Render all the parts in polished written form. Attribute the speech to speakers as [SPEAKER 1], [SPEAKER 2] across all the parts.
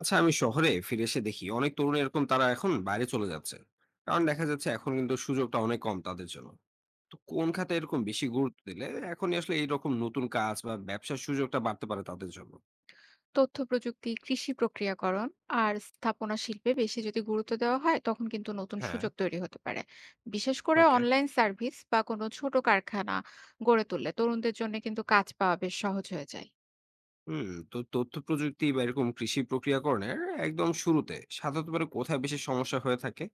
[SPEAKER 1] আচ্ছা, আমি শহরে ফিরে এসে দেখি অনেক তরুণ এরকম তারা এখন বাইরে চলে যাচ্ছে, কারণ দেখা যাচ্ছে এখন কিন্তু সুযোগটা অনেক কম তাদের জন্য। তো কোন খাতে এরকম বেশি গুরুত্ব দিলে এখন আসলে এইরকম নতুন কাজ বা ব্যবসার সুযোগটা বাড়তে পারে তাদের জন্য।
[SPEAKER 2] তথ্য প্রযুক্তি, কৃষি প্রক্রিয়াকরণ আর স্থাপনা শিল্পে বেশি যদি গুরুত্ব দেওয়া হয়, তখন কিন্তু নতুন
[SPEAKER 1] হ্যাঁ।
[SPEAKER 2] সুযোগ তৈরি হতে পারে। বিশেষ করে
[SPEAKER 1] ওকে।
[SPEAKER 2] অনলাইন সার্ভিস বা কোনো ছোট কারখানা গড়ে তুললে তরুণদের জন্য কিন্তু কাজ পাওয়া বেশ সহজ হয়ে যায়।
[SPEAKER 1] হুম, তো তথ্য প্রযুক্তি বা এরকম কৃষি প্রক্রিয়াকরণের একদম শুরুতে সাধারণত মানে কোথায় বেশি সমস্যা হয়ে থাকে?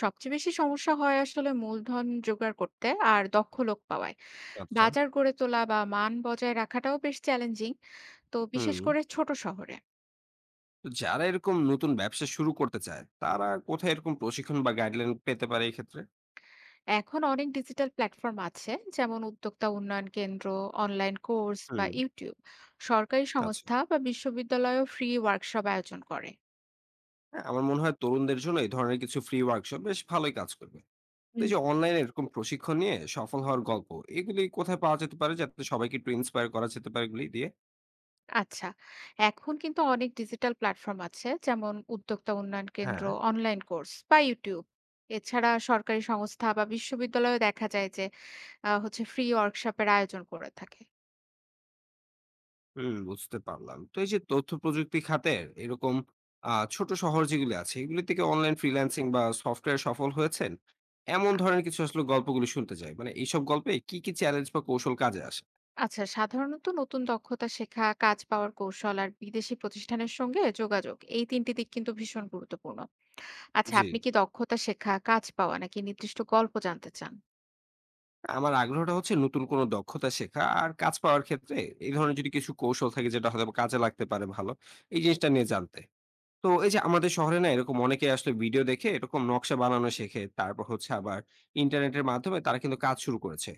[SPEAKER 2] সবচেয়ে বেশি সমস্যা হয় আসলে মূলধন জোগাড় করতে আর দক্ষ লোক পাওয়ায়।
[SPEAKER 1] আচ্ছা।
[SPEAKER 2] বাজার গড়ে তোলা বা মান বজায় রাখাটাও বেশ চ্যালেঞ্জিং, তো বিশেষ
[SPEAKER 1] হুম,
[SPEAKER 2] করে ছোট শহরে।
[SPEAKER 1] তো যারা এরকম নতুন ব্যবসা শুরু করতে চায় তারা কোথায় এরকম প্রশিক্ষণ বা গাইডলাইন পেতে পারে এই ক্ষেত্রে?
[SPEAKER 2] এখন অনেক ডিজিটাল প্ল্যাটফর্ম আছে, যেমন উদ্যোক্তা উন্নয়ন কেন্দ্র, অনলাইন কোর্স বা
[SPEAKER 1] হুম।
[SPEAKER 2] ইউটিউব। সরকারি
[SPEAKER 1] আচ্ছা।
[SPEAKER 2] সংস্থা বা বিশ্ববিদ্যালয়ও ফ্রি ওয়ার্কশপ আয়োজন করে।
[SPEAKER 1] হ্যাঁ, আমার মনে হয় তরুণদের জন্য এই ধরনের কিছু ফ্রি ওয়ার্কশপ বেশ ভালোই কাজ করবে। তো
[SPEAKER 2] হুম,
[SPEAKER 1] এই যে অনলাইনে এরকম প্রশিক্ষণ নিয়ে সফল হওয়ার গল্প, এগুলি কোথায় পাওয়া যেতে পারে যাতে সবাইকে একটু ইন্সপায়ার করা যেতে পারে এগুলি দিয়ে?
[SPEAKER 2] আচ্ছা। এখন কিন্তু অনেক ডিজিটাল প্ল্যাটফর্ম আছে, যেমন উদ্যোক্তা উন্নয়ন কেন্দ্র,
[SPEAKER 1] হ্যাঁ।
[SPEAKER 2] অনলাইন কোর্স বা ইউটিউব। এছাড়া সরকারি সংস্থা বা বিশ্ববিদ্যালয়ে দেখা যায় যে আহ, হচ্ছে ফ্রি ওয়ার্কশপের আয়োজন করে থাকে।
[SPEAKER 1] হুম, বুঝতে পারলাম। তো এই যে তথ্য প্রযুক্তি খাতের এরকম ছোট শহর যেগুলি আছে এগুলি থেকে অনলাইন ফ্রিল্যান্সিং বা সফটওয়্যার সফল হয়েছেন, এমন ধরনের কিছু আসলে গল্পগুলি শুনতে চাই। মানে এইসব গল্পে কি কি চ্যালেঞ্জ বা কৌশল কাজে আসে?
[SPEAKER 2] আচ্ছা, সাধারণত নতুন দক্ষতা শেখা, কাজ পাওয়ার কৌশল আর বিদেশি প্রতিষ্ঠানের সঙ্গে যোগাযোগ, এই তিনটি দিক কিন্তু ভীষণ গুরুত্বপূর্ণ। আচ্ছা,
[SPEAKER 1] জি।
[SPEAKER 2] আপনি কি দক্ষতা শেখা, কাজ পাওয়া, নাকি নির্দিষ্ট গল্প জানতে চান?
[SPEAKER 1] আমার আগ্রহটা হচ্ছে নতুন কোনো দক্ষতা শেখা আর কাজ পাওয়ার ক্ষেত্রে এই ধরনের যদি কিছু কৌশল থাকে যেটা হয়তো বা কাজে লাগতে পারে, ভালো এই জিনিসটা নিয়ে জানতে। তো এই যে আমাদের শহরে না এরকম অনেকে আসলে ভিডিও দেখে এরকম নকশা বানানো শেখে, তারপর হচ্ছে আবার ইন্টারনেটের মাধ্যমে তারা কিন্তু কাজ শুরু করেছে।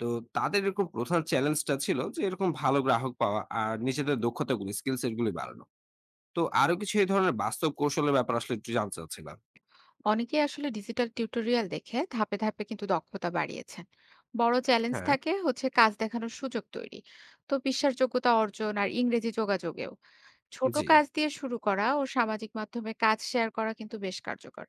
[SPEAKER 1] তো তাদের এরকম প্রধান চ্যালেঞ্জটা ছিল যে এরকম ভালো গ্রাহক পাওয়া আর নিজেদের দক্ষতাগুলি স্কিল সেট গুলি বাড়ানো। তো আরো কিছু এই ধরনের বাস্তব কৌশলের ব্যাপার আসলে একটু জানতে চাচ্ছিলাম।
[SPEAKER 2] অনেকে আসলে ডিজিটাল টিউটোরিয়াল দেখে ধাপে ধাপে কিন্তু দক্ষতা বাড়িয়েছেন। বড় চ্যালেঞ্জ
[SPEAKER 1] হ্যাঁ।
[SPEAKER 2] থাকে কাজ দেখানোর সুযোগ তৈরি, তো বিশ্বাসযোগ্যতা অর্জন আর ইংরেজি যোগাযোগেও। ছোট
[SPEAKER 1] জি।
[SPEAKER 2] কাজ দিয়ে শুরু করা ও সামাজিক মাধ্যমে কাজ শেয়ার করা কিন্তু বেশ কার্যকর।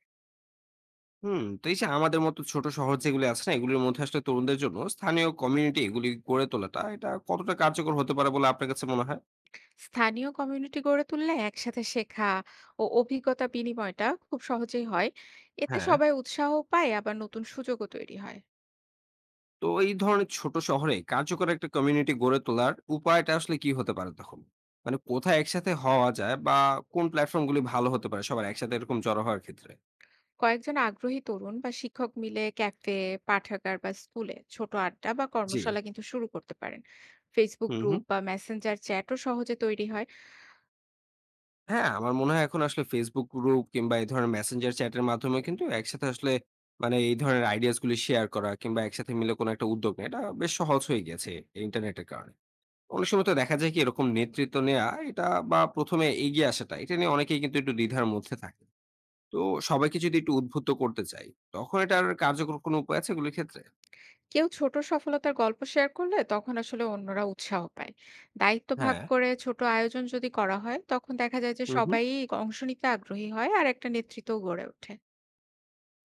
[SPEAKER 1] হুম, তো এই যে আমাদের মতো ছোট শহর যেগুলি আছে না, এগুলির মধ্যে আসলে তরুণদের জন্য স্থানীয় কমিউনিটি এগুলি গড়ে তোলাটা, এটা কতটা কার্যকর হতে পারে বলে আপনার কাছে মনে হয়?
[SPEAKER 2] স্থানীয় কমিউনিটি গড়ে তুললে একসাথে শেখা ও অভিজ্ঞতা বিনিময়টা খুব সহজেই হয়। এতে
[SPEAKER 1] হ্যাঁ।
[SPEAKER 2] সবাই উৎসাহ পায়, আবার নতুন সুযোগও তৈরি হয়।
[SPEAKER 1] তো এই ধরনের ছোট শহরে কার্যকর একটা কমিউনিটি গড়ে তোলার উপায়টা আসলে কি হতে পারে তখন? মানে কোথায় একসাথে হওয়া যায়, বা কোন প্ল্যাটফর্ম গুলি ভালো হতে পারে সবার একসাথে এরকম জড়ো হওয়ার ক্ষেত্রে?
[SPEAKER 2] কয়েকজন আগ্রহী তরুণ বা শিক্ষক মিলে ক্যাফে, পাঠাগার বা স্কুলে ছোট আড্ডা বা
[SPEAKER 1] জি।
[SPEAKER 2] কর্মশালা কিন্তু শুরু করতে পারেন। ফেসবুক
[SPEAKER 1] হুম,
[SPEAKER 2] গ্রুপ
[SPEAKER 1] হুম।
[SPEAKER 2] বা মেসেঞ্জার চ্যাটও সহজে তৈরি হয়।
[SPEAKER 1] হ্যাঁ, আমার মনে হয় এখন আসলে Facebook গ্রুপ কিংবা এই ধরনের মেসেঞ্জার চ্যাটের মাধ্যমে কিন্তু একসাথে আসলে মানে এই ধরনের আইডিয়াস গুলি শেয়ার করা কিংবা একসাথে মিলে কোনো একটা উদ্যোগ নেয়া, এটা বেশ সহজ হয়ে গেছে এই ইন্টারনেটের কারণে। অনেক সময় তো দেখা যায় কি এরকম নেতৃত্ব নেয়া এটা বা ১ম এ এগিয়ে আসাটা, এটা নিয়ে অনেকেই কিন্তু একটু দ্বিধার মধ্যে থাকে। তো সবাইকে যদি একটু উদ্বুদ্ধ করতে চাই, তখন এটার কার্যকর কোনো উপায় আছে এগুলির ক্ষেত্রে?
[SPEAKER 2] কেউ ছোট সফলতার গল্প শেয়ার করলে তখন আসলে অন্যরা উৎসাহ পায়। দায়িত্ব ভাগ
[SPEAKER 1] হ্যাঁ।
[SPEAKER 2] করে ছোট আয়োজন যদি করা হয়, তখন দেখা যায় যে
[SPEAKER 1] হুম, হুম।
[SPEAKER 2] সবাই অংশ নিতে আগ্রহী হয় আর একটা নেতৃত্ব গড়ে ওঠে।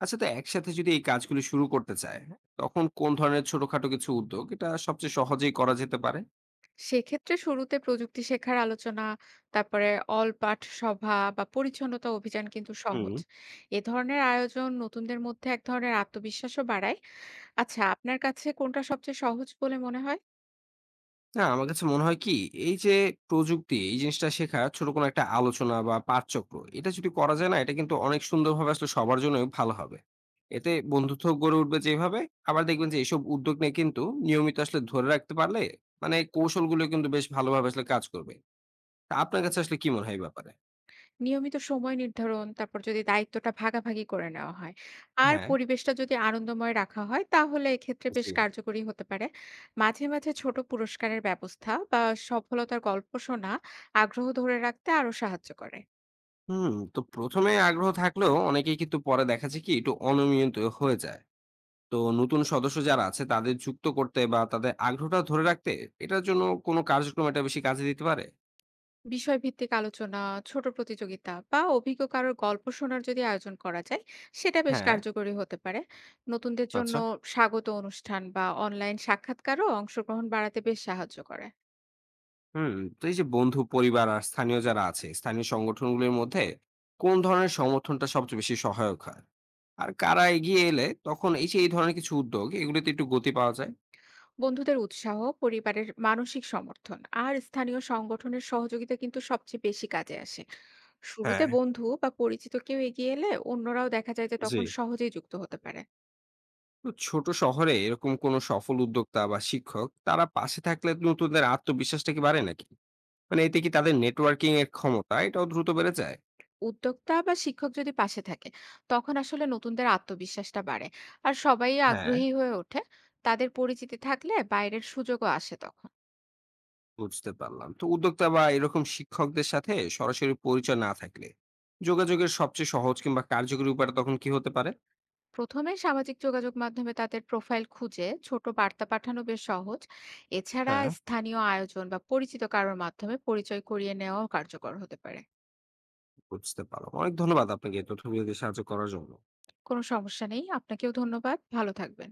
[SPEAKER 1] আচ্ছা, তো একসাথে যদি এই কাজগুলি শুরু করতে চায়, তখন কোন ধরনের ছোটখাটো কিছু উদ্যোগ এটা সবচেয়ে সহজেই করা যেতে পারে?
[SPEAKER 2] সেক্ষেত্রে শুরুতে প্রযুক্তি শেখার আলোচনা, তারপরে অলপাঠ সভা বা পরিচ্ছন্নতা অভিযান কিন্তু
[SPEAKER 1] হুম।
[SPEAKER 2] সহজ। এ ধরনের আয়োজন নতুনদের মধ্যে এক ধরনের আত্মবিশ্বাসও বাড়ায়। আচ্ছা, আপনার কাছে কোনটা সবচেয়ে সহজ বলে মনে হয়?
[SPEAKER 1] না, আমার কাছে মনে হয় কি, এই যে প্রযুক্তি, এই জিনিসটা শেখা ছোট কোনো একটা আলোচনা বা পাঠচক্র, এটা যদি করা যায় না, এটা কিন্তু অনেক সুন্দরভাবে আসলে সবার জন্যই ভালো হবে। এতে বন্ধুত্ব গড়ে উঠবে যেভাবে, আবার দেখবেন যে এইসব উদ্যোগ নিয়ে কিন্তু নিয়মিত আসলে ধরে রাখতে পারলে, মানে কৌশলগুলো কিন্তু বেশ ভালোভাবে আসলে কাজ করবে। তা আপনার কাছে আসলে কি মনে হয় এই ব্যাপারে?
[SPEAKER 2] নিয়মিত সময় নির্ধারণ, তারপর যদি দায়িত্বটা ভাগাভাগি করে নেওয়া হয় আর
[SPEAKER 1] হ্যাঁ,
[SPEAKER 2] পরিবেশটা যদি আনন্দময় রাখা হয়, তাহলে এক্ষেত্রে বেশ
[SPEAKER 1] জি।
[SPEAKER 2] কার্যকরী হতে পারে। মাঝে মাঝে ছোট পুরস্কারের ব্যবস্থা বা সফলতার গল্প শোনা আগ্রহ ধরে রাখতে আরো সাহায্য করে।
[SPEAKER 1] হুম, তো ১ম এ আগ্রহ থাকলেও অনেকেই কিন্তু পরে দেখা যায় কি, একটু অনিয়মিত হয়ে যায়। তো নতুন সদস্য যারা আছে তাদের যুক্ত করতে বা তাদের আগ্রহটা ধরে রাখতে এটার জন্য কোনো কার্যক্রম এটা বেশি কাজে দিতে পারে?
[SPEAKER 2] বিষয়ভিত্তিক আলোচনা, ছোট প্রতিযোগিতা বা অভিজ্ঞ কারোর গল্প শোনার যদি আয়োজন করা যায়, সেটা বেশ
[SPEAKER 1] হ্যাঁ।
[SPEAKER 2] কার্যকরী হতে পারে। নতুনদের জন্য
[SPEAKER 1] আচ্ছা।
[SPEAKER 2] স্বাগত অনুষ্ঠান বা অনলাইন সাক্ষাৎকারও অংশগ্রহণ বাড়াতে বেশ সাহায্য করে।
[SPEAKER 1] হুম, তো এই যে বন্ধু পরিবার আর স্থানীয় যারা আছে স্থানীয় সংগঠনগুলোর মধ্যে কোন ধরনের সমর্থনটা সবচেয়ে বেশি সহায়ক হয়, আর কারা এগিয়ে এলে তখন এই যে এই ধরনের কিছু উদ্যোগ এগুলোতে একটু গতি পাওয়া যায়?
[SPEAKER 2] বন্ধুদের উৎসাহ, পরিবারের মানসিক সমর্থন আর স্থানীয় সংগঠনের সহযোগিতা কিন্তু সবচেয়ে বেশি কাজে আসে। শুরুতে
[SPEAKER 1] হ্যাঁ।
[SPEAKER 2] বন্ধু বা পরিচিত কেউ এগিয়ে এলে অন্যরাও দেখা যায় যে
[SPEAKER 1] জি।
[SPEAKER 2] তখন সহজেই যুক্ত হতে পারে।
[SPEAKER 1] তো ছোট শহরে এরকম কোনো সফল উদ্যোক্তা বা শিক্ষক তারা পাশে থাকলে নতুনদের আত্মবিশ্বাসটা কি বাড়ে নাকি, মানে এতে কি তাদের নেটওয়ার্কিং এর ক্ষমতা এটাও দ্রুত বেড়ে যায়?
[SPEAKER 2] উদ্যোক্তা বা শিক্ষক যদি পাশে থাকে, তখন আসলে নতুনদের আত্মবিশ্বাসটা বাড়ে আর সবাই
[SPEAKER 1] হ্যাঁ,
[SPEAKER 2] আগ্রহী হয়ে ওঠে। তাদের পরিচিতি থাকলে বাইরের সুযোগও আসে তখন।
[SPEAKER 1] বুঝতে পারলাম। তো উদ্যোক্তা বা এরকম শিক্ষকদের সাথে সরাসরি পরিচয় না থাকলে যোগাযোগের সবচেয়ে সহজ কিংবা কার্যকরী উপায়টা তখন কি হতে পারে?
[SPEAKER 2] প্রথমে সামাজিক যোগাযোগ মাধ্যমে তাদের প্রোফাইল খুঁজে ছোট বার্তা পাঠানো বেশ সহজ। এছাড়া
[SPEAKER 1] হ্যাঁ,
[SPEAKER 2] স্থানীয় আয়োজন বা পরিচিত কারোর মাধ্যমে পরিচয় করিয়ে নেওয়াও কার্যকর হতে পারে।
[SPEAKER 1] বুঝতে পারলাম। অনেক ধন্যবাদ আপনাকে এই তথ্যগুলো দিয়ে সাহায্য করার জন্য।
[SPEAKER 2] কোনো সমস্যা নেই, আপনাকেও ধন্যবাদ, ভালো থাকবেন।